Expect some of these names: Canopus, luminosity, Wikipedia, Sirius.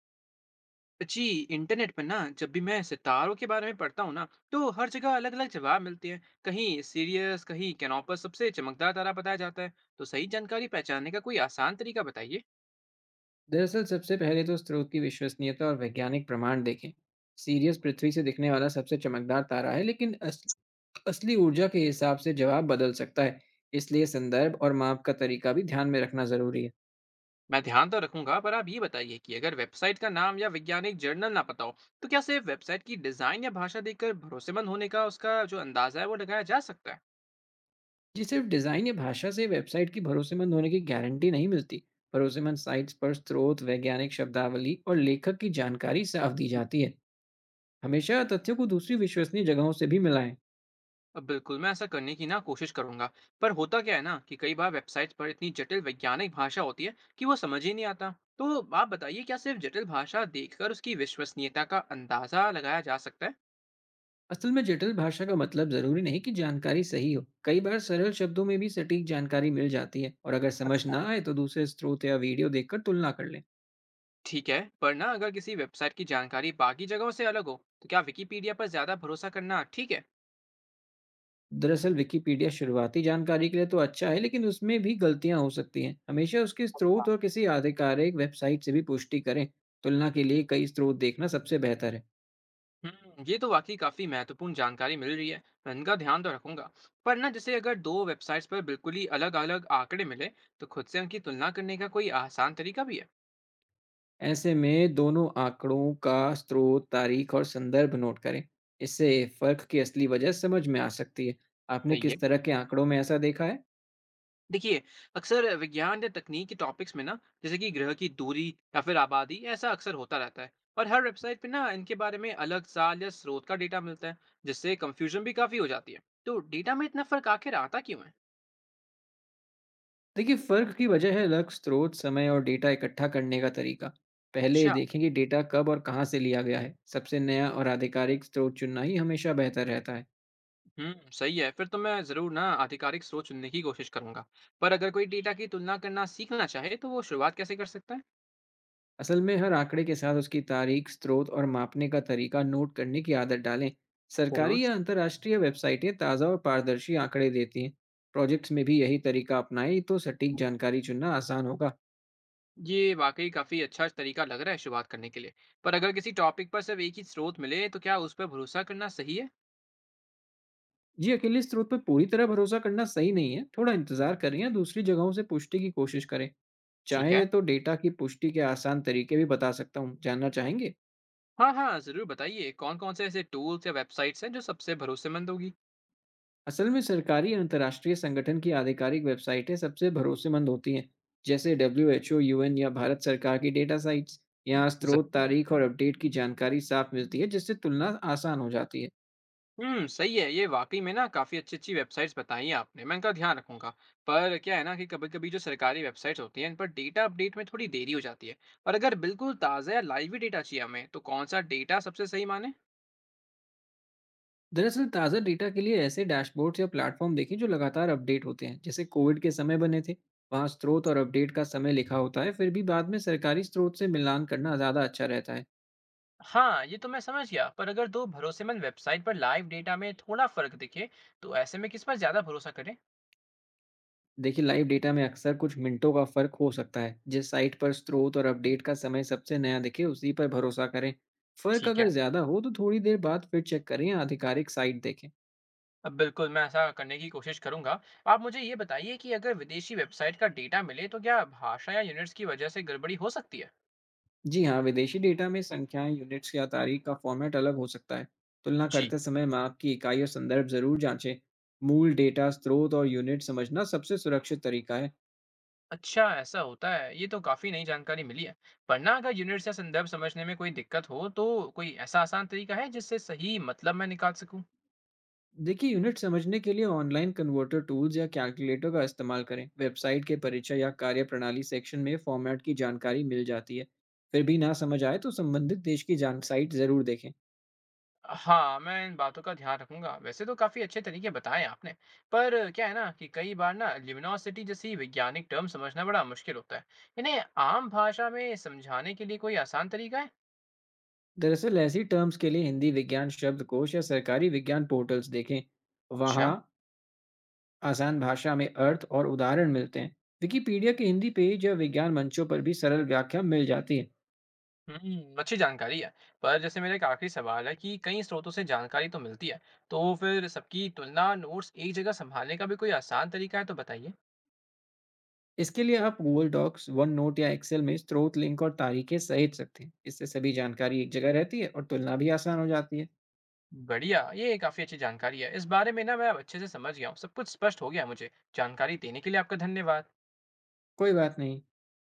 जी। Internet पर ना जब भी मैं सितारों के बारे में पढ़ता हूँ ना, तो हर जगह अलग अलग जवाब मिलते हैं। कहीं सीरियस, कहीं कैनोपस सबसे चमकदार तारा बताया जाता है। तो सही जानकारी पहचानने का कोई आसान तरीका बताइए। दरअसल सबसे पहले तो स्रोत की विश्वसनीयता और वैज्ञानिक प्रमाण देखें। सीरियस पृथ्वी से दिखने वाला सबसे चमकदार तारा है, लेकिन असली ऊर्जा के हिसाब से जवाब बदल सकता है। इसलिए संदर्भ और माप का तरीका भी ध्यान में रखना जरूरी है। मैं ध्यान तो रखूंगा, पर आप ये बताइए कि अगर वेबसाइट का नाम या वैज्ञानिक जर्नल ना पता हो, तो क्या सिर्फ वेबसाइट की डिजाइन या भाषा देखकर भरोसेमंद होने का उसका जो अंदाजा है वो लगाया जा सकता है? जी, सिर्फ डिजाइन या भाषा से वेबसाइट की भरोसेमंद होने की गारंटी नहीं मिलती। भरोसेमंद साइट्स पर स्रोत, वैज्ञानिक शब्दावली और लेखक की जानकारी साफ दी जाती है। हमेशा तथ्यों को दूसरी विश्वसनीय जगहों से भी मिलाएं। अब बिल्कुल, मैं ऐसा करने की ना कोशिश करूंगा। पर होता क्या है ना, कि कई बार वेबसाइट्स पर इतनी जटिल वैज्ञानिक भाषा होती है कि वो समझ ही नहीं आता। तो आप बताइए, क्या सिर्फ जटिल भाषा देखकर उसकी विश्वसनीयता का अंदाजा लगाया जा सकता है? असल में जटिल भाषा का मतलब जरूरी नहीं कि जानकारी सही हो। कई बार सरल शब्दों में भी सटीक जानकारी मिल जाती है, और अगर समझ अच्छा। ना आए तो दूसरे स्रोत या वीडियो देखकर तुलना कर लें। ठीक है, पर ना अगर किसी वेबसाइट की जानकारी बाकी जगहों से अलग हो, तो क्या विकिपीडिया पर ज्यादा भरोसा करना ठीक है? दरअसल विकिपीडिया शुरुआती जानकारी के लिए तो अच्छा है, लेकिन उसमें भी गलतियां हो सकती हैं। हमेशा उसके अच्छा। स्रोत और किसी आधिकारिक वेबसाइट से भी पुष्टि करें। तुलना के लिए कई स्रोत देखना सबसे बेहतर है। हम्म, ये तो वाकई काफी महत्वपूर्ण जानकारी मिल रही है। मैं इनका ध्यान तो रखूंगा। पर ना जैसे अगर दो वेबसाइट्स पर बिल्कुल ही अलग अलग आंकड़े मिले, तो खुद से उनकी तुलना करने का कोई आसान तरीका भी है? ऐसे में दोनों आंकड़ों का स्रोत, तारीख और संदर्भ नोट करें। इससे फर्क की असली वजह समझ में आ सकती है। आपने सही है। किस तरह के आंकड़ों में ऐसा देखा है? देखिए, अक्सर विज्ञान या तकनीक के टॉपिक्स में ना, जैसे कि ग्रह की दूरी या फिर आबादी, ऐसा अक्सर होता रहता है। और हर वेबसाइट पे ना इनके बारे में अलग साल या स्रोत का डेटा मिलता है, जिससे कंफ्यूजन भी काफ़ी हो जाती है। तो डेटा में इतना फ़र्क आखिर आता क्यों है? देखिए, फ़र्क की वजह है लक्ष्य, स्रोत, समय और डेटा इकट्ठा करने का तरीका। पहले ये अच्छा। देखें कि डेटा कब और कहाँ से लिया गया है। सबसे नया और आधिकारिक स्रोत चुनना ही हमेशा बेहतर रहता है। सही है। फिर तो मैं ज़रूर ना आधिकारिक स्रोत चुनने की कोशिश करूँगा। पर अगर कोई डेटा की तुलना करना सीखना चाहे, तो वो शुरुआत कैसे कर सकता है? असल में हर आंकड़े के साथ उसकी तारीख, स्रोत और मापने का तरीका नोट करने की आदत डालें। ज़रूर। सरकारी या अंतर्राष्ट्रीय वेबसाइटें ताज़ा और पारदर्शी आंकड़े देती हैं। प्रोजेक्ट्स में भी यही तरीका अपनाएं तो सटीक जानकारी चुनना आसान होगा। ये वाकई काफ़ी अच्छा तरीका लग रहा है शुरुआत करने के लिए। पर अगर किसी टॉपिक पर सिर्फ एक ही स्रोत मिले, तो क्या उस पर भरोसा करना सही है? जी, अकेले स्रोत पर पूरी तरह भरोसा करना सही नहीं है। थोड़ा इंतज़ार करें या दूसरी जगहों से पुष्टि की कोशिश करें। ठीक चाहे है। तो डेटा की पुष्टि के आसान तरीके भी बता सकता हूँ, जानना चाहेंगे? हाँ, हाँ, ज़रूर बताइए, कौन-कौन से ऐसे टूल्स या वेबसाइट्स हैं जो सबसे भरोसेमंद होगी? असल में सरकारी और अंतर्राष्ट्रीय संगठन की आधिकारिक वेबसाइटें सबसे भरोसेमंद होती हैं, जैसे WHO, UN या भारत सरकार की डेटा साइट्स। यहाँ ज- स्रोत, तारीख और अपडेट की जानकारी साफ मिलती है, जिससे तुलना आसान हो जाती है। सही है। ये वाकई में ना काफ़ी अच्छी-अच्छी वेबसाइट्स बताई हैं आपने। मैं इनका ध्यान रखूँगा। पर क्या है ना, कि कभी-कभी जो सरकारी वेबसाइट्स होती हैं, इन पर डेटा अपडेट में थोड़ी देरी हो जाती है। और अगर बिल्कुल ताज़ा या लाइव ही डेटा चाहिए हमें, तो कौन सा डेटा सबसे सही माने? दरअसल ताज़ा डेटा के लिए ऐसे डैशबोर्ड्स या प्लेटफॉर्म देखें जो लगातार अपडेट होते हैं, जैसे कोविड के समय बने थे। वहाँ स्रोत और अपडेट का समय लिखा होता है। फिर भी बाद में सरकारी स्रोत से मिलान करना ज़्यादा अच्छा रहता है। हाँ, ये तो मैं समझ गया। पर अगर दो भरोसेमंद वेबसाइट पर लाइव डेटा में थोड़ा फर्क दिखे, तो ऐसे में किस पर ज्यादा भरोसा करें? देखिए, लाइव डेटा में अक्सर कुछ मिनटों का फ़र्क हो सकता है। जिस साइट पर स्रोत और अपडेट का समय सबसे नया दिखे, उसी पर भरोसा करें। फ़र्क ठीक है। अगर ज़्यादा हो, तो थोड़ी देर बाद फिर चेक करें या आधिकारिक साइट देखें। अब बिल्कुल, मैं ऐसा करने की कोशिश करूंगा। आप मुझे ये बताइए कि अगर विदेशी वेबसाइट का डेटा मिले, तो क्या भाषा या यूनिट्स की वजह से गड़बड़ी हो सकती है? जी हाँ, विदेशी डेटा में संख्याएँ, यूनिट्स या तारीख का फ़ॉर्मेट अलग हो सकता है। तुलना जी। करते समय माप की इकाई और संदर्भ ज़रूर जाँचें। मूल डेटा, स्रोत और यूनिट समझना सबसे सुरक्षित तरीका है। अच्छा, ऐसा होता है? ये तो काफी नई जानकारी मिली है। पर ना अगर यूनिट्स या संदर्भ समझने में कोई दिक्कत हो, तो कोई ऐसा आसान तरीका है जिससे सही मतलब मैं निकाल सकूं? देखिए, यूनिट समझने के लिए ऑनलाइन कन्वर्टर टूल्स या कैलकुलेटर का इस्तेमाल करें। वेबसाइट के परिचय या कार्यप्रणाली सेक्शन में फॉर्मेट की जानकारी मिल जाती है। फिर भी ना समझ आए तो संबंधित देश की जान साइट जरूर देखें। हाँ, मैं इन बातों का ध्यान रखूंगा। वैसे तो काफ़ी अच्छे तरीके बताए आपने। पर क्या है ना, कि कई बार ना लिमिनोसिटी जैसी वैज्ञानिक टर्म समझना बड़ा मुश्किल होता है। इन्हें आम भाषा में समझाने के लिए कोई आसान तरीका है? दरअसल ऐसी टर्म्स के लिए हिंदी विज्ञान शब्दकोश या सरकारी विज्ञान पोर्टल्स देखें। अच्छा। वहाँ आसान भाषा में अर्थ और उदाहरण मिलते हैं। विकिपीडिया के हिंदी पेज या विज्ञान मंचों पर भी सरल व्याख्या मिल जाती है। अच्छी जानकारी है। पर जैसे मेरा एक आखिरी सवाल है, कि कई स्रोतों से जानकारी तो मिलती है, तो फिर सबकी तुलना नोट्स एक जगह संभालने का भी कोई आसान तरीका है तो बताइए। इसके लिए आप गूगल डॉक्स, वन नोट या एक्सेल में स्रोत लिंक और तारीखें सहेज सकते हैं। इससे सभी जानकारी एक जगह रहती है और तुलना भी आसान हो जाती है। बढ़िया, ये काफ़ी अच्छी जानकारी है। इस बारे में ना मैं अब अच्छे से समझ गया हूँ। सब कुछ स्पष्ट हो गया मुझे। जानकारी देने के लिए आपका धन्यवाद। कोई बात नहीं।